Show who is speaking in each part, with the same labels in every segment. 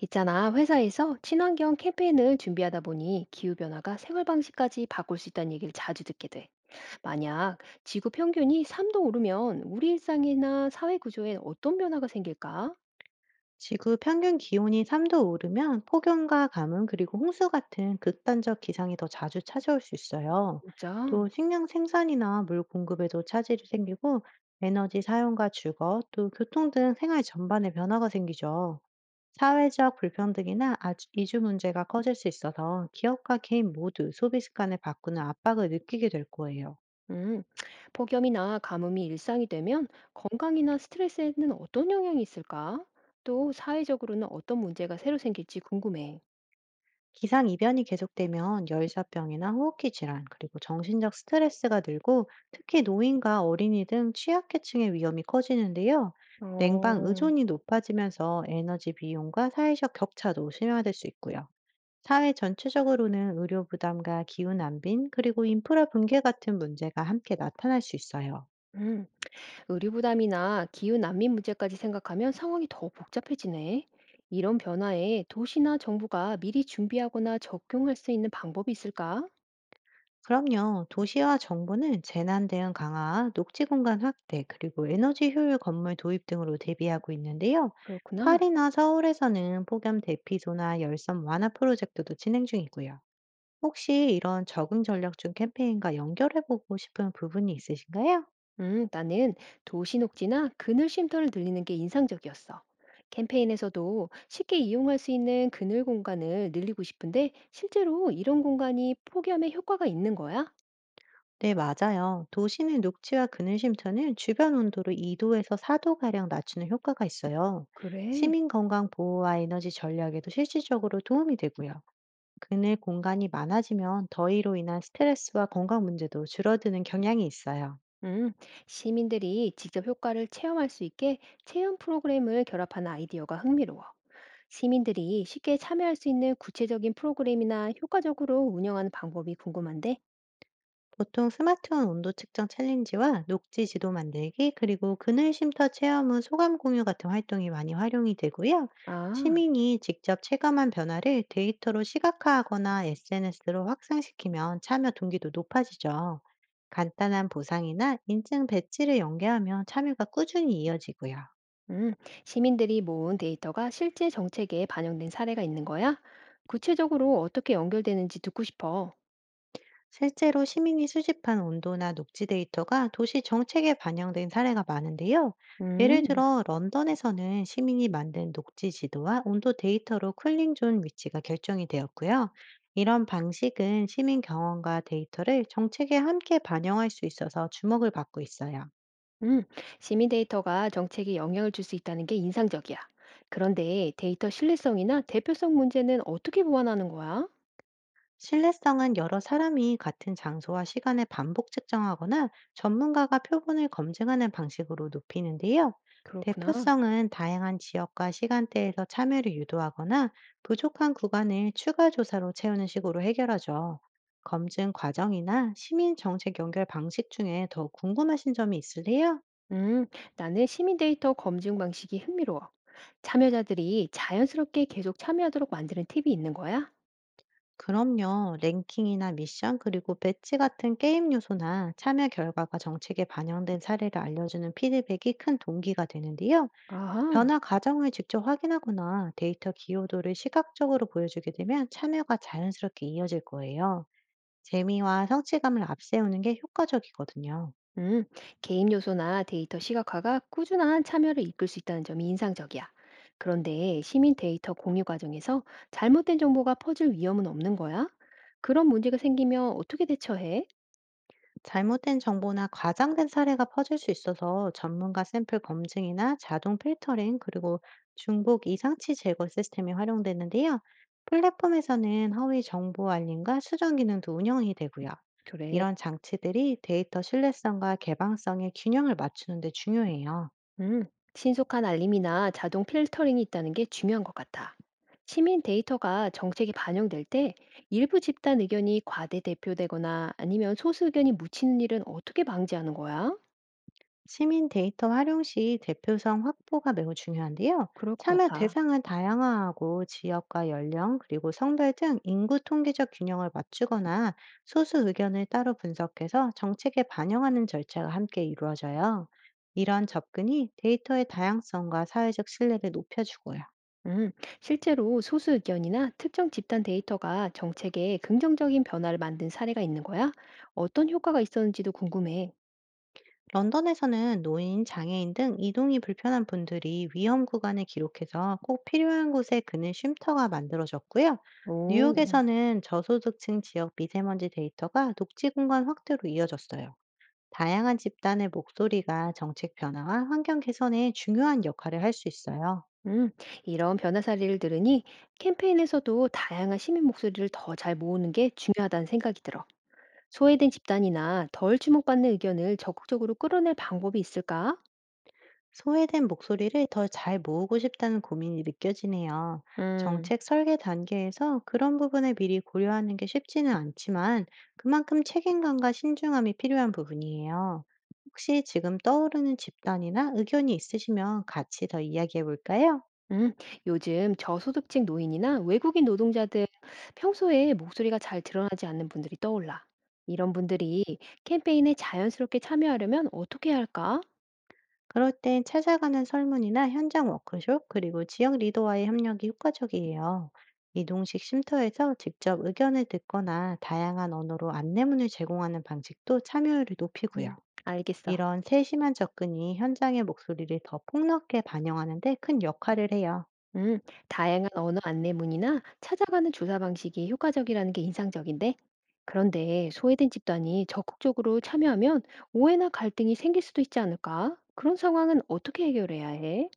Speaker 1: 있잖아, 회사에서 친환경 캠페인을 준비하다 보니 기후변화가 생활 방식까지 바꿀 수 있다는 얘기를 자주 듣게 돼. 만약 지구 평균이 3도 오르면 우리 일상이나 사회 구조에 어떤 변화가 생길까?
Speaker 2: 지구 평균 기온이 3도 오르면 폭염과 가뭄 그리고 홍수 같은 극단적 기상이 더 자주 찾아올 수 있어요.
Speaker 1: 진짜?
Speaker 2: 또 식량 생산이나 물 공급에도 차질이 생기고 에너지 사용과 주거, 또 교통 등 생활 전반에 변화가 생기죠. 사회적 불평등이나 이주 문제가 커질 수 있어서 기업과 개인 모두 소비 습관을 바꾸는 압박을 느끼게 될 거예요.
Speaker 1: 음, 폭염이나 가뭄이 일상이 되면 건강이나 스트레스에는 어떤 영향이 있을까? 또 사회적으로는 어떤 문제가 새로 생길지 궁금해.
Speaker 2: 기상이변이 계속되면 열사병이나 호흡기 질환, 그리고 정신적 스트레스가 늘고 특히 노인과 어린이 등 취약계층의 위험이 커지는데요.
Speaker 1: 어,
Speaker 2: 냉방 의존이 높아지면서 에너지 비용과 사회적 격차도 심화될 수 있고요. 사회 전체적으로는 의료 부담과 기후 난빈, 그리고 인프라 붕괴 같은 문제가 함께 나타날 수 있어요.
Speaker 1: 음. 의료 부담이나 기후 난민 문제까지 생각하면 상황이 더 복잡해지네. 이런 변화에 도시나 정부가 미리 준비하거나 적용할 수 있는 방법이 있을까?
Speaker 2: 그럼요. 도시와 정부는 재난 대응 강화, 녹지 공간 확대, 그리고 에너지 효율 건물 도입 등으로 대비하고 있는데요.
Speaker 1: 그렇구나.
Speaker 2: 파리나 서울에서는 폭염 대피소나 열섬 완화 프로젝트도 진행 중이고요. 혹시 이런 적응 전략 중 캠페인과 연결해보고 싶은 부분이 있으신가요?
Speaker 1: 나는 도시 녹지나 그늘 쉼터를 늘리는 게 인상적이었어. 캠페인에서도 쉽게 이용할 수 있는 그늘 공간을 늘리고 싶은데 실제로 이런 공간이 폭염에 효과가 있는 거야?
Speaker 2: 네, 맞아요. 도시는 녹지와 그늘 쉼터는 주변 온도를 2도에서 4도가량 낮추는 효과가 있어요.
Speaker 1: 그래.
Speaker 2: 시민 건강 보호와 에너지 전략에도 실질적으로 도움이 되고요. 그늘 공간이 많아지면 더위로 인한 스트레스와 건강 문제도 줄어드는 경향이 있어요.
Speaker 1: 음, 시민들이 직접 효과를 체험할 수 있게 체험 프로그램을 결합하는 아이디어가 흥미로워. 시민들이 쉽게 참여할 수 있는 구체적인 프로그램이나 효과적으로 운영하는 방법이 궁금한데?
Speaker 2: 보통 스마트폰 온도 측정 챌린지와 녹지 지도 만들기, 그리고 그늘 쉼터 체험은 소감 공유 같은 활동이 많이 활용이 되고요.
Speaker 1: 아,
Speaker 2: 시민이 직접 체감한 변화를 데이터로 시각화하거나 SNS로 확산시키면 참여 동기도 높아지죠. 간단한 보상이나 인증 배지를 연계하면 참여가 꾸준히 이어지고요.
Speaker 1: 음, 시민들이 모은 데이터가 실제 정책에 반영된 사례가 있는 거야? 구체적으로 어떻게 연결되는지 듣고 싶어.
Speaker 2: 실제로 시민이 수집한 온도나 녹지 데이터가 도시 정책에 반영된 사례가 많은데요. 예를
Speaker 1: 음,
Speaker 2: 들어 런던에서는 시민이 만든 녹지 지도와 온도 데이터로 쿨링존 위치가 결정이 되었고요. 이런 방식은 시민 경험과 데이터를 정책에 함께 반영할 수 있어서 주목을 받고 있어요.
Speaker 1: 음, 시민 데이터가 정책에 영향을 줄 수 있다는 게 인상적이야. 그런데 데이터 신뢰성이나 대표성 문제는 어떻게 보완하는 거야?
Speaker 2: 신뢰성은 여러 사람이 같은 장소와 시간에 반복 측정하거나 전문가가 표본을 검증하는 방식으로 높이는데요.
Speaker 1: 그렇구나.
Speaker 2: 대표성은 다양한 지역과 시간대에서 참여를 유도하거나 부족한 구간을 추가 조사로 채우는 식으로 해결하죠. 검증 과정이나 시민 정책 연결 방식 중에 더 궁금하신 점이 있으세요?
Speaker 1: 음, 나는 시민 데이터 검증 방식이 흥미로워. 참여자들이 자연스럽게 계속 참여하도록 만드는 팁이 있는 거야?
Speaker 2: 그럼요. 랭킹이나 미션, 그리고 배치 같은 게임 요소나 참여 결과가 정책에 반영된 사례를 알려주는 피드백이 큰 동기가 되는데요.
Speaker 1: 아하.
Speaker 2: 변화 과정을 직접 확인하거나 데이터 기여도를 시각적으로 보여주게 되면 참여가 자연스럽게 이어질 거예요. 재미와 성취감을 앞세우는 게 효과적이거든요.
Speaker 1: 음, 개입 요소나 데이터 시각화가 꾸준한 참여를 이끌 수 있다는 점이 인상적이야. 그런데 시민 데이터 공유 과정에서 잘못된 정보가 퍼질 위험은 없는 거야? 그런 문제가 생기면 어떻게 대처해?
Speaker 2: 잘못된 정보나 과장된 사례가 퍼질 수 있어서 전문가 샘플 검증이나 자동 필터링, 그리고 중복 이상치 제거 시스템이 활용되는데요. 플랫폼에서는 허위 정보 알림과 수정 기능도 운영이 되고요.
Speaker 1: 그래.
Speaker 2: 이런 장치들이 데이터 신뢰성과 개방성의 균형을 맞추는 데 중요해요.
Speaker 1: 음, 신속한 알림이나 자동 필터링이 있다는 게 중요한 것 같아. 시민 데이터가 정책에 반영될 때 일부 집단 의견이 과대 대표되거나 아니면 소수 의견이 묻히는 일은 어떻게 방지하는 거야?
Speaker 2: 시민 데이터 활용 시 대표성 확보가 매우 중요한데요.
Speaker 1: 그럴 것
Speaker 2: 참여
Speaker 1: 같아.
Speaker 2: 대상을 다양화하고 지역과 연령, 그리고 성별 등 인구 통계적 균형을 맞추거나 소수 의견을 따로 분석해서 정책에 반영하는 절차가 함께 이루어져요. 이런 접근이 데이터의 다양성과 사회적 신뢰를 높여주고요.
Speaker 1: 음, 실제로 소수 의견이나 특정 집단 데이터가 정책에 긍정적인 변화를 만든 사례가 있는 거야? 어떤 효과가 있었는지도 궁금해.
Speaker 2: 런던에서는 노인, 장애인 등 이동이 불편한 분들이 위험 구간을 기록해서 꼭 필요한 곳에 그는 쉼터가 만들어졌고요.
Speaker 1: 오.
Speaker 2: 뉴욕에서는 저소득층 지역 미세먼지 데이터가 녹지 공간 확대로 이어졌어요. 다양한 집단의 목소리가 정책 변화와 환경 개선에 중요한 역할을 할 수 있어요.
Speaker 1: 음, 이런 변화 사례를 들으니 캠페인에서도 다양한 시민 목소리를 더 잘 모으는 게 중요하다는 생각이 들어. 소외된 집단이나 덜 주목받는 의견을 적극적으로 끌어낼 방법이 있을까?
Speaker 2: 소외된 목소리를 더 잘 모으고 싶다는 고민이 느껴지네요.
Speaker 1: 음,
Speaker 2: 정책 설계 단계에서 그런 부분을 미리 고려하는 게 쉽지는 않지만 그만큼 책임감과 신중함이 필요한 부분이에요. 혹시 지금 떠오르는 집단이나 의견이 있으시면 같이 더 이야기해 볼까요?
Speaker 1: 음, 요즘 저소득층 노인이나 외국인 노동자 등 평소에 목소리가 잘 드러나지 않는 분들이 떠올라. 이런 분들이 캠페인에 자연스럽게 참여하려면 어떻게 해야 할까?
Speaker 2: 그럴 땐 찾아가는 설문이나 현장 워크숍, 그리고 지역 리더와의 협력이 효과적이에요. 이동식 쉼터에서 직접 의견을 듣거나 다양한 언어로 안내문을 제공하는 방식도 참여율을 높이고요.
Speaker 1: 음, 알겠어.
Speaker 2: 이런 세심한 접근이 현장의 목소리를 더 폭넓게 반영하는 데 큰 역할을 해요.
Speaker 1: 음, 다양한 언어 안내문이나 찾아가는 조사 방식이 효과적이라는 게 인상적인데, 그런데 소외된 집단이 적극적으로 참여하면 오해나 갈등이 생길 수도 있지 않을까? 그런 상황은 어떻게 해결해야 해?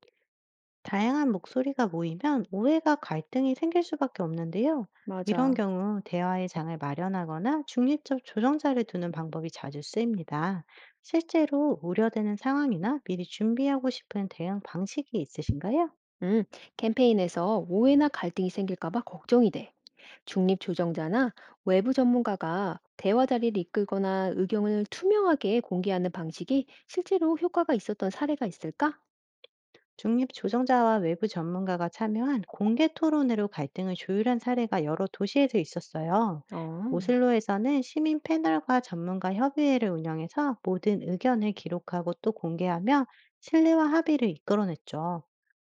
Speaker 2: 다양한 목소리가 모이면 오해가 갈등이 생길 수밖에 없는데요. 이런
Speaker 1: 맞아.
Speaker 2: 경우 대화의 장을 마련하거나 중립적 조정자를 두는 방법이 자주 쓰입니다. 실제로 우려되는 상황이나 미리 준비하고 싶은 대응 방식이 있으신가요?
Speaker 1: 음, 캠페인에서 오해나 갈등이 생길까 봐 걱정이 돼. 중립조정자나 외부 전문가가 대화 자리를 이끌거나 의견을 투명하게 공개하는 방식이 실제로 효과가 있었던 사례가 있을까?
Speaker 2: 중립 조정자와 외부 전문가가 참여한 공개 토론으로 갈등을 조율한 사례가 여러 도시에서 있었어요.
Speaker 1: 어.
Speaker 2: 오슬로에서는 시민 패널과 전문가 협의회를 운영해서 모든 의견을 기록하고 또 공개하며 신뢰와 합의를 이끌어냈죠.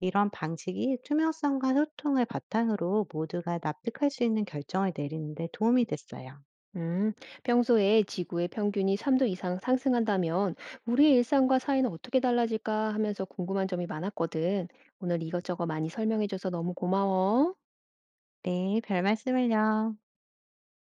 Speaker 2: 이런 방식이 투명성과 소통을 바탕으로 모두가 납득할 수 있는 결정을 내리는 데 도움이 됐어요.
Speaker 1: 음, 평소에 지구의 평균이 3도 이상 상승한다면 우리의 일상과 사회는 어떻게 달라질까 하면서 궁금한 점이 많았거든. 오늘 이것저것 많이 설명해줘서 너무 고마워.
Speaker 2: 네, 별 말씀을요.